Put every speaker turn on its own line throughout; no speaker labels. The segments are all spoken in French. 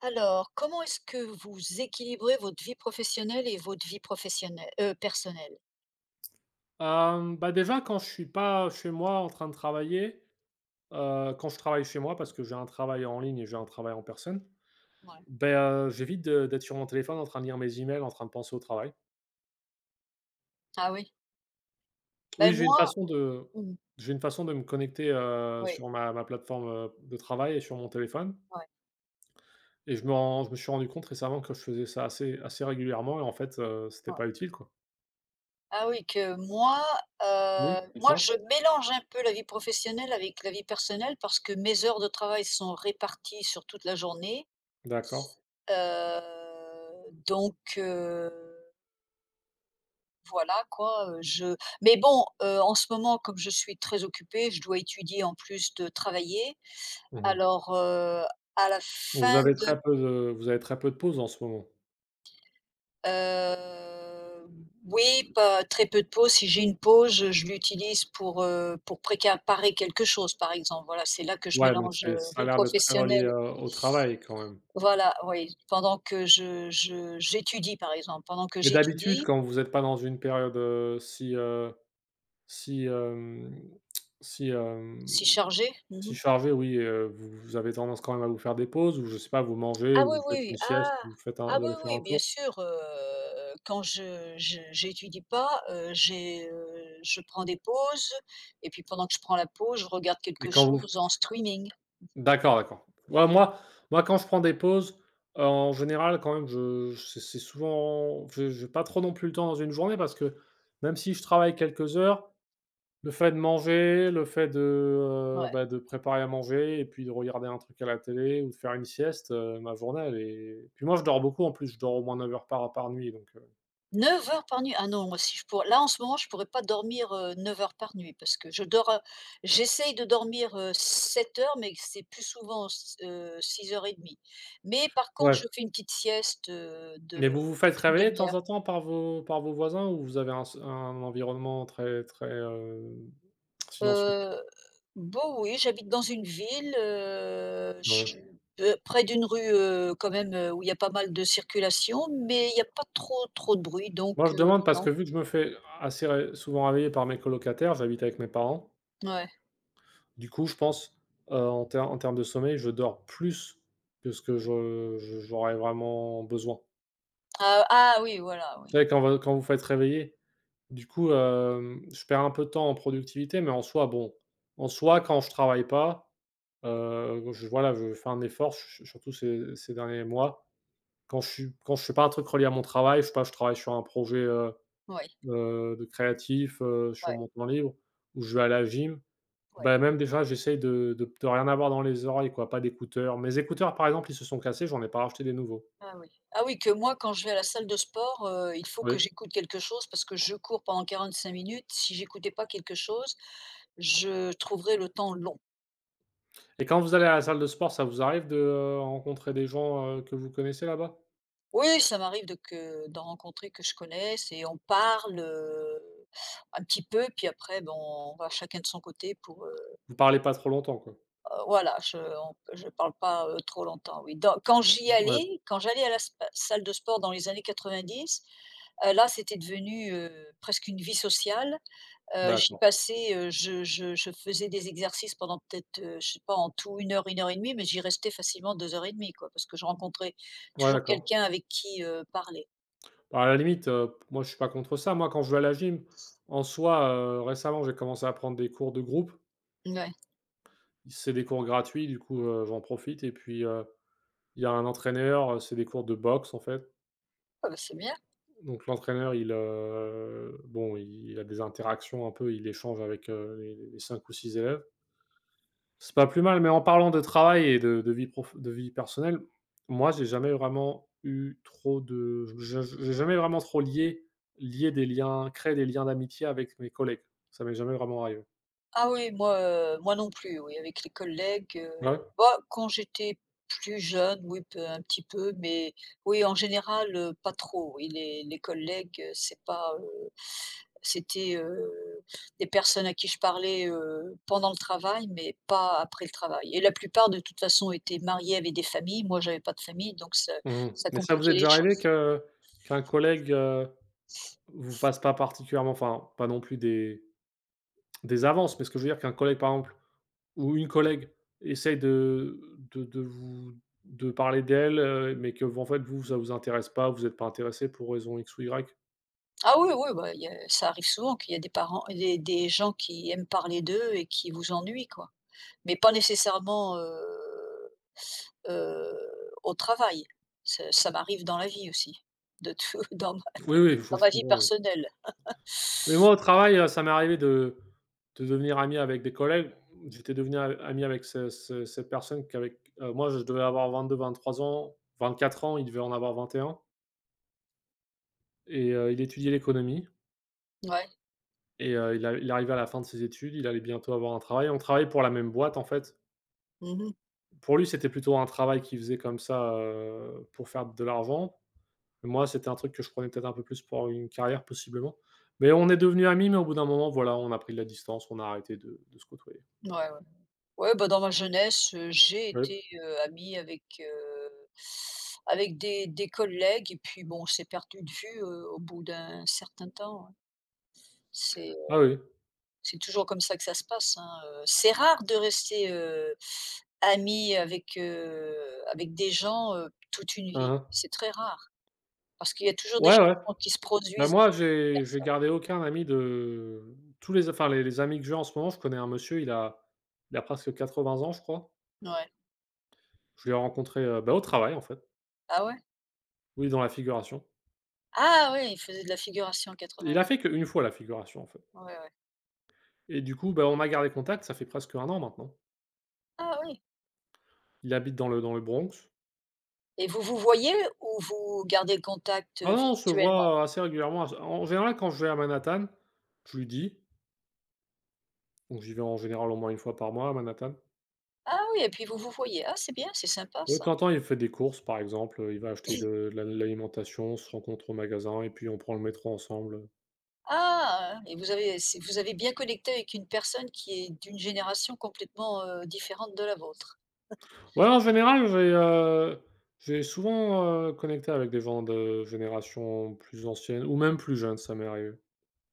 Alors, comment est-ce que vous équilibrez votre vie professionnelle et votre vie professionnelle personnelle?
Bah, déjà quand je suis pas chez moi en train de travailler, quand je travaille chez moi parce que j'ai un travail en ligne et j'ai un travail en personne,
Ouais.
ben j'évite de d'être sur mon téléphone en train de lire mes emails, en train de penser au travail.
Ah oui?
Oui,
Ben
j'ai une
moi.
façon
Mmh,
de me connecter,
oui,
sur ma plateforme, de travail et sur mon téléphone
ouais,
et je me suis rendu compte récemment que je faisais ça assez régulièrement et en fait, c'était
ouais.
pas utile, quoi.
Ah oui, que moi,
Oui,
heu, moi
dites-moi?
je mélange un peu la vie professionnelle avec la vie personnelle parce que mes heures de travail sont réparties sur toute la journée,
D'accord.
donc voilà quoi, je mais bon, en ce moment comme je suis très occupée, je dois étudier en plus de travailler.
Mmh.
Alors, à la fin de.
Vous avez très peu de pauses en ce moment?
heu, oui, pas très peu de pause. Si j'ai une pause, je l'utilise pour préparer quelque chose, par exemple. Voilà, c'est là que je
Ouais, donc
mélange,
c'est ça a
vie
l'air d'être très relié,
professionnelle.
au travail quand même.
Voilà. Oui, pendant que je j'étudie, par exemple, pendant que
Mais d'habitude,
j'étudie.
quand vous êtes pas dans une période, si, hem, si, hem,
Si chargé.
si chargée, oui, vous avez tendance quand même à vous faire des pauses ou je sais pas, vous mangez
Ah
ou
oui,
vous
oui,
faites
oui.
une sieste,
Ah!
ou
Ah
vous
oui,
allez faire
oui,
un
bien
tour?
sûr, quand je j'étudie pas, je prends des pauses et puis pendant que je prends la pause, je regarde
Et
quelque
quand vous
chose en streaming.
D'accord, d'accord. Ouais, moi, quand je prends des pauses, en général, quand même, c'est souvent je j'ai pas trop non plus le temps dans une journée parce que même si je travaille quelques heures, le fait de manger, le fait de, bah,
Ouais.
de préparer à manger et puis de regarder un truc à la télé ou de faire une sieste, ma journée elle est puis moi je dors beaucoup. En plus, je dors au moins 9 heures par nuit donc
9 heures par nuit? Ah non, moi, si je pour là en ce moment je pourrais pas dormir, 9 heures par nuit parce que je dors, j'essaye de dormir, 7 heures, mais c'est plus souvent s six heures et demie. Mais par contre,
Ouais.
je fais une petite sieste,
Mais
de
vous vous faites
d'une
réveiller de
demi
temps
heure.
en temps par vos voisins ou vous avez un environnement très très, silencieux?
Heu, bon oui, j'habite dans une ville,
Ouais.
je près d'une rue, quand même, où il y a pas mal de circulation, mais il y a pas trop de bruit donc,
Moi je demande parce
non.
que vu que je me fais assez ré souvent réveiller par mes colocataires, j'habite avec mes parents.
Ouais.
Du coup, je pense, en termes de sommeil, je dors plus que ce que je j'aurais vraiment besoin.
Ah ah oui, voilà,
Tu
oui.
sais, quand vous faites réveiller, du coup, je perds un peu de temps en productivité, mais en soi, bon, en soi, quand je travaille pas, je voilà, je fais un effort, su surtout ces derniers mois. Quand je fais pas un truc relié à mon travail, je sais pas, je travaille sur un projet,
Oui,
de créatif, sur
oui,
mon temps libre, ou je vais à la gym.
ouais.
Bah, même déjà, j'essaye de rien avoir dans les oreilles, quoi, pas d'écouteurs. Mes écouteurs, par exemple, ils se sont cassés, j'en ai pas racheté des nouveaux.
Ah oui. Ah oui, que moi, quand je vais à la salle de sport, il faut que
Oui.
j'écoute quelque chose parce que je cours pendant 45 minutes. Si j'écoutais pas quelque chose, je trouverais le temps long.
Et quand vous allez à la salle de sport, ça vous arrive de, rencontrer des gens, que vous connaissez là-bas?
Oui, ça m'arrive de que d'en rencontrer que je connaisse et on parle, un petit peu, puis après, bon, on va chacun de son côté pour,
Vous parlez pas trop longtemps, quoi?
voilà, je parle pas, trop longtemps, oui. Dans quand j'y
Ouais,
allais quand j'allais à la spa salle de sport dans les années 90, là, c'était devenu, presque une vie sociale. J'y
d'accord.
passais, je faisais des exercices pendant peut-être, je sais pas, en tout une heure et demie, mais j'y restais facilement 2 heures et demie, quoi, parce que je rencontrais
Ouais,
toujours
d'accord.
quelqu'un avec qui, parler.
Bah, à la limite, moi, je suis pas contre ça. Moi, quand je vais à la gym, en soi, récemment, j'ai commencé à prendre des cours de groupe.
Ouais.
C'est des cours gratuits, du coup, j'en profite et puis, il y a un entraîneur, c'est des cours de boxe, en fait.
Ah bah, c'est bien.
Donc l'entraîneur, il, bon, il a des interactions un peu, il échange avec, les 5 ou six élèves. C'est pas plus mal, mais en parlant de travail et de vie prof de vie personnelle, moi, j'ai jamais vraiment eu trop de je j'ai jamais vraiment trop lié lié des liens créé des liens d'amitié avec mes collègues. Ça m'est jamais vraiment arrivé.
Ah oui, moi non plus, oui, avec les collègues,
Ah ouais?
bah, quand j'étais plus jeune, oui, peu un petit peu, mais oui, en général, pas trop, oui, les collègues, c'est pas, c'était, des personnes à qui je parlais, pendant le travail, mais pas après le travail et la plupart, de toute façon, étaient mariés, avaient des familles. Moi, j'avais pas de famille, donc ça
Mmh.
ça
Mais ça vous
compliquait
est
les
déjà arrivé
choses.
que qu'un collègue, vous fasse pas particulièrement, enfin, pas non plus des avances, mais ce que je veux dire, qu'un collègue, par exemple, ou une collègue, essaye de de vous de parler d'elle, mais que vous en fait, vous, ça vous intéresse pas, vous êtes pas intéressé pour raison X ou Y?
Ah oui, oui, bah, il y a ça arrive souvent qu'il y a des parents des gens qui aiment parler d'eux et qui vous ennuient, quoi. Mais pas nécessairement, au travail. Ça m'arrive dans la vie aussi, de tout dans ma
Oui, oui, faut
dans
je
ma vie
comprends, oui.
personnelle.
Mais moi, au travail, ça m'est arrivé de devenir ami avec des collègues. J'étais devenu a ami avec ce ce cette personne qu'avec, moi, je devais avoir 22, 23 ans, 24 ans, il devait en avoir 21. Il étudiait l'économie
Ouais.
et il arrivait à la fin de ses études, il allait bientôt avoir un travail. On travaillait pour la même boîte, en fait.
Mmh.
Pour lui, c'était plutôt un travail qu'il faisait comme ça, pour faire de l'argent. Moi, c'était un truc que je prenais peut-être un peu plus pour une carrière possiblement. Mais on est devenus amis, mais au bout d'un moment, voilà, on a pris de la distance, on a arrêté de se côtoyer.
Ouais, ouais. Ouais, bah, dans ma jeunesse, j'ai
Oui.
été, amie avec des collègues et puis bon, on s'est perdu de vue, au bout d'un certain temps, hein. C'est,
Ah oui.
c'est toujours comme ça que ça se passe, hein. C'est rare de rester, ami avec des gens, toute une
Hein,
vie.
hein.
C'est très rare. Parce qu'il y a toujours des
Ouais, ouais.
changements qui se
Bah,
produisent dans
moi,
la vie d'une
j'ai
personne.
gardé aucun ami de tous les, enfin, les amis que j'ai en ce moment, je connais un monsieur, il a presque 80 ans, je crois.
Ouais.
Je l'ai rencontré, bah, au travail en fait.
Ah ouais?
Oui, dans la figuration.
Ah ouais, il faisait de la figuration en
Il a
91.
fait qu'une fois la figuration en fait
Ouais, ouais.
et du coup, bah, on a gardé contact, ça fait presque un an maintenant.
Ah oui.
Il habite dans le Bronx.
Et vous vous voyez ou vous gardez le contact,
Ah non, on se
virtuellement?
voit assez régulièrement. En général, quand je vais à Manhattan, je lui dis, donc j'y vais en général au moins une fois par mois à Manhattan.
Ah oui, et puis vous vous voyez. Ah, c'est bien, c'est sympa
Ouais, de
ça.
temps en temps, il fait des courses, par exemple, il va acheter de l'alimentation, on se rencontre au magasin et puis on prend le métro ensemble.
Ah, vous avez bien connecté avec une personne qui est d'une génération complètement, différente de la vôtre.
Ouais, en général, j'ai souvent, connecté avec des gens de génération plus ancienne ou même plus jeune, ça m'est arrivé.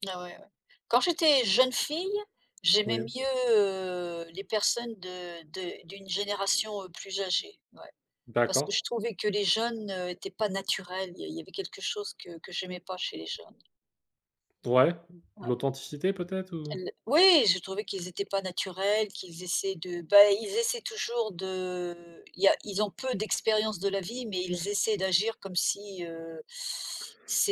Ah ouais, ouais. Quand j'étais jeune fille, j'aimais
Oui,
mieux, les personnes de d'une génération, plus âgée, ouais. Parce que
d'accord.
je trouvais que les jeunes n'étaient pas naturels. Il y avait quelque chose que j'aimais pas chez les jeunes.
Ouais,
Ouais.
l'authenticité peut-être, ou?
L Oui, je trouvais qu'ils n'étaient pas naturels, qu'ils essaient de bah, ils essaient toujours de il y a ils ont peu d'expérience de la vie, mais ils essaient d'agir comme si,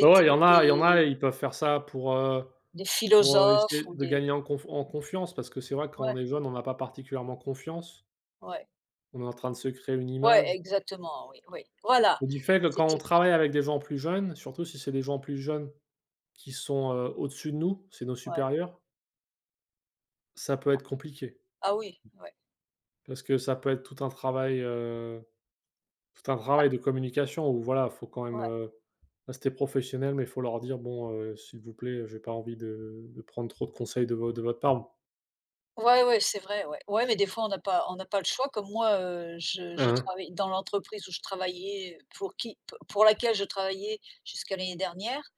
Ouais, ouais, il y en a,
des
ils peuvent faire ça pour,
des philosophes
Essayer
ou
de
des.
gagner en confiance, parce que c'est vrai que quand
Ouais,
on est jeune, on n'a pas particulièrement confiance.
ouais,
On est en train de se créer une
ouais,
image
exactement, oui, oui. Voilà,
et du fait que quand on
c'était
travaille avec des gens plus jeunes, surtout si c'est des gens plus jeunes qui sont, au-dessus de nous, c'est nos
ouais.
supérieurs, ça peut être compliqué.
Ah oui, ouais,
Parce que ça peut être tout un travail, de communication où voilà, faut quand même,
ouais.
rester professionnel, mais il faut leur dire: «Bon, s'il vous plaît, j'ai pas envie de prendre trop de conseils de vo de votre part». Hein,
Ouais, ouais, c'est vrai, ouais. Ouais, mais des fois, on n'a pas le choix. Comme moi, je
hein.
travaille dans l'entreprise où je travaillais, pour qui p pour laquelle je travaillais jusqu'à l'année dernière,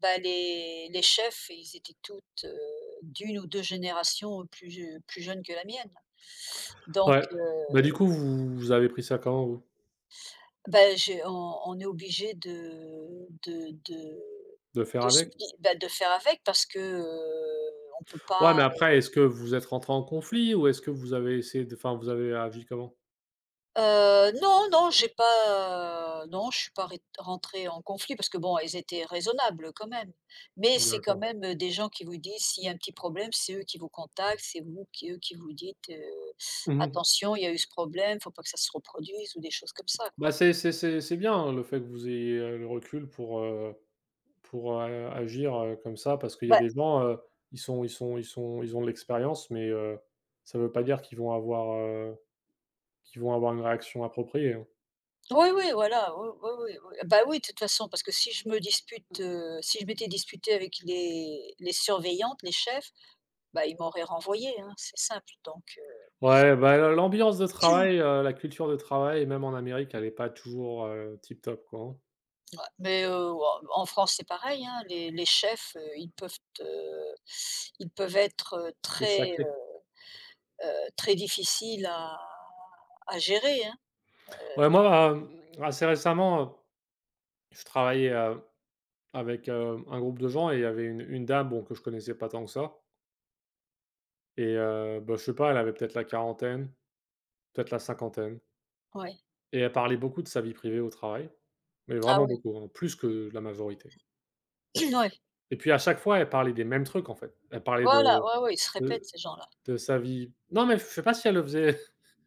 bah, les chefs, ils étaient toutes, d'1 ou 2 générations plus jeunes que la mienne. Donc,
Ouais. Bah, du coup, vous avez pris ça comment vous?
bah, j'ai on est obligé de de de
De faire
de se
avec?
bah, de faire avec parce que, on peut
Ouais,
pas.
mais après, est-ce que vous êtes rentrés en conflit ou est-ce que vous avez essayé de, enfin, vous avez agi comment?
Non, non, j'ai pas, non, je suis pas rét rentrée en conflit parce que bon, elles étaient raisonnables quand même. Mais c'est quand
D'accord.
même, des gens qui vous disent s'il y a un petit problème, c'est eux qui vous contactent, c'est vous qui eux qui vous dites:
Mmh.
«Attention, il y a eu ce problème, faut pas que ça se reproduise» ou des choses comme ça, quoi.
Bah, c'est bien, hein, le fait que vous ayez, le recul pour, agir, comme ça, parce qu'il y a
Bah,
des gens, heu, ils ont de l'expérience, mais ça ne veut pas dire qu'ils vont avoir une réaction appropriée, hein.
oui, oui, voilà, oui, oui, oui, oui. Bah, oui, de toute façon, parce que si je m'étais disputée avec les surveillantes, les chefs, bah, ils m'auraient renvoyée, hein, c'est simple donc.
Ouais, bah, le l'ambiance de travail, la culture de travail, même en Amérique, elle est pas toujours tip top, quoi, hein.
Mais, ouah, en France, c'est pareil, hein, les chefs, ils peuvent être,
Te
très,
sacrer.
heu heu, très difficiles à gérer, hein,
Ouais, moi, assez récemment, je travaillais, avec, un groupe de gens et il y avait une dame, bon, que je connaissais pas tant que ça et bah, je sais pas, elle avait peut-être la quarantaine, peut-être la cinquantaine,
ouais.
et elle parlait beaucoup de sa vie privée au travail, mais
Ah
vraiment
ouais,
beaucoup, hein, plus que la majorité,
ouais.
et puis à chaque fois, elle parlait des mêmes trucs, en fait. Elle parlait
Voilà, ouais, ouais, ils se répètent
de
ces gens-là.
de sa vie, non, mais je sais pas si elle le faisait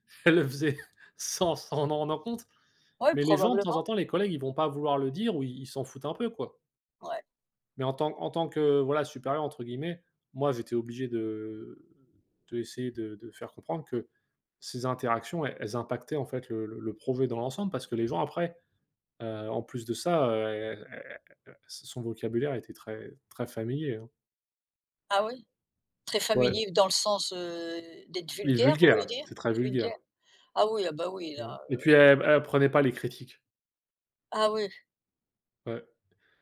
elle le faisait sans s'en en rendant compte,
Oui,
mais les gens, de temps en
probablement,
temps, les collègues, ils vont pas vouloir le dire ou ils s'en foutent un peu, quoi.
ouais.
Mais en tant que, voilà, «supérieur» entre guillemets, moi, j'étais obligé de essayer de faire comprendre que ces interactions, elles impactaient, en fait, le projet dans l'ensemble parce que les gens, après, en plus de ça, e e e son vocabulaire était très très familier, hein.
Ah oui? Très
Ouais,
familier dans le sens, d'être
il est
vulgaire, vous voulez
vulgaire,
dire?
c'est très vulgaire.
Vulgaire? Ah oui, ah bah oui, là,
Mmh. Et puis elle prenait pas les critiques.
ah oui.
Ouais.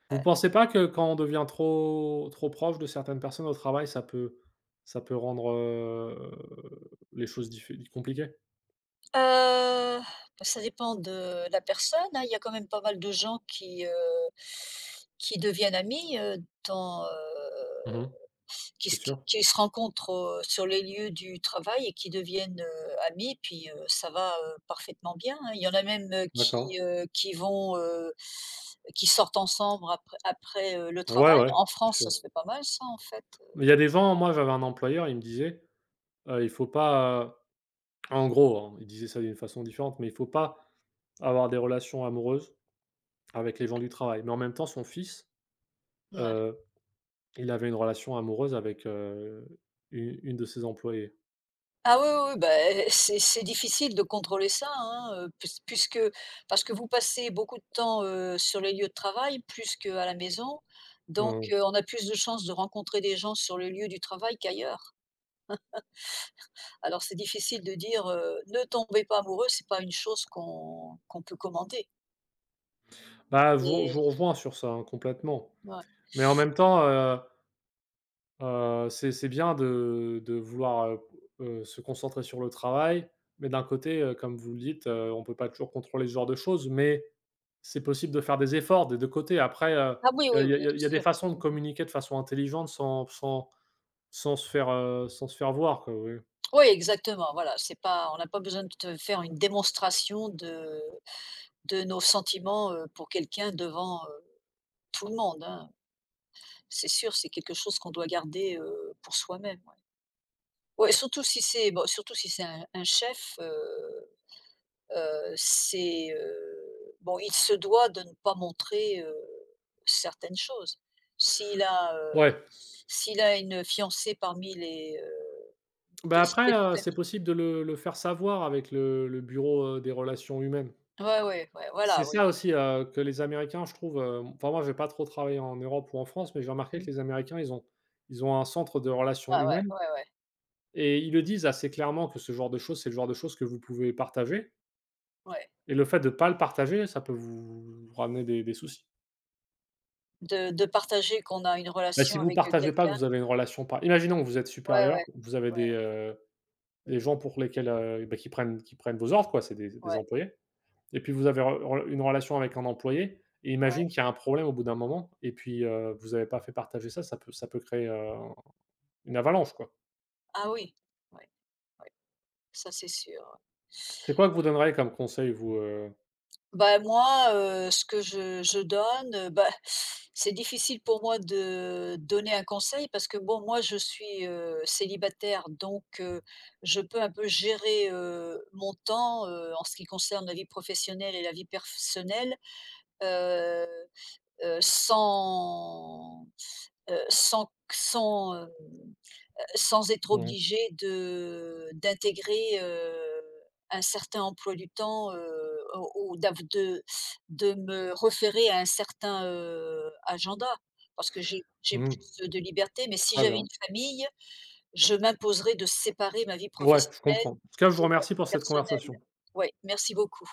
Vous pensez pas que quand on devient trop trop proche de certaines personnes au travail, ça peut rendre, les choses diffé compliquées?
Heu, ça dépend de la personne, hein. Il y a quand même pas mal de gens qui deviennent amis, dans, heu,
Mmh.
qui
C'est
se qui
sûr.
qui se rencontrent, sur les lieux du travail et qui deviennent, amis, puis, ça va, parfaitement bien, hein. Il y en a même,
D'accord.
qui sortent ensemble le
Ouais,
travail.
ouais,
En
c'est
France, ça
sûr.
se fait pas mal ça, en fait,
Il y a des gens, moi j'avais un employeur, il me disait, «Il faut pas, en gros, hein, il disait ça d'une façon différente, mais il faut pas avoir des relations amoureuses avec les gens du travail. Mais en même temps, son fils,
ouais.
heu, il avait une relation amoureuse avec, u une de ses employées.
Ah oui, oui, oui, bah, eh, c'est difficile de contrôler ça, hein, pus puisque parce que vous passez beaucoup de temps, sur les lieux de travail plus qu'à la maison, donc,
Mmh.
on a plus de chances de rencontrer des gens sur le lieu du travail qu'ailleurs. Alors c'est difficile de dire: «Ne tombez pas amoureux», c'est pas une chose qu'on peut commander,
Bah, je
mais
vous rejoins sur ça, hein, complètement.
ouais.
Mais en même temps, c'est bien de vouloir, se concentrer sur le travail, mais d'un côté, comme vous le dites, on ne peut pas toujours contrôler ce genre de choses, mais c'est possible de faire des efforts des 2 côtés. Après,
Ah oui, oui,
il y
oui,
a
bien
des
sûr.
façons de
Mmh.
communiquer de façon intelligente sans se faire, sans se faire voir, quoi, oui.
Oui, exactement, voilà, c'est pas, on n'a pas besoin de te faire une démonstration de nos sentiments, pour quelqu'un devant, tout le monde, hein. C'est sûr, c'est quelque chose qu'on doit garder, pour soi-même, ouais. Ouais, surtout si c'est bon, surtout si c'est un chef, bon, il se doit de ne pas montrer, certaines choses. S'il a, heu,
Ouais,
s'il a une fiancée parmi les,
bah,
p sa
après,
petite
c'est
amie.
possible de le faire savoir avec le bureau, des relations humaines.
Ouais, ouais, ouais,
C'est
voilà, oui.
ça aussi, que les Américains, je trouve, enfin, moi, j'ai pas trop travaillé en Europe ou en France, mais j'ai remarqué que
Mmh.
les Américains, ils ont un centre de
Ouais,
relations
ouais,
humaines
ouais, ouais,
et ils le disent assez clairement que ce genre de choses, c'est le genre de choses que vous pouvez partager,
ouais.
et le fait de pas le partager, ça peut vous ramener des soucis.
De partager qu'on a une
Bah, si
relation
vous
avec,
partagez pas, que
quelqu'un.
vous avez une relation, par, imaginons que vous êtes
Ouais,
supérieur,
ouais,
vous avez
ouais, ouais.
des
Mmh.
gens pour lesquels, bah, qui prennent vos ordres, quoi, c'est des
Ouais,
employés. Et puis vous avez re une relation avec un employé et
ouais.
imagine qu'il y a un problème au bout d'un moment et puis, vous n'avez pas fait partager ça, ça peut créer, une avalanche, quoi.
Ah oui, ouais, ouais. Ça, c'est sûr, ouais.
C'est quoi que vous donneriez comme conseil, vous?
Bah, moi, ce que je donne, bah, c'est difficile pour moi de donner un conseil parce que bon, moi, je suis, célibataire donc, je peux un peu gérer, mon temps, en ce qui concerne la vie professionnelle et la vie personnelle, heu heu, sans, heu, sans sans, hem Sans être
Mmh mh.
obligé de d'intégrer, un certain emploi du temps, ou d'av de me référer à un certain, agenda. Parce que j'ai
Mmh.
plus de liberté, mais si
Très
j'avais
bien.
une famille, je m'imposerais de séparer ma vie
Ouais, je
professionnelle
comprends. En tout cas, je vous
de ma
remercie
vie
pour cette
personnelle.
conversation.
Ouais, merci beaucoup.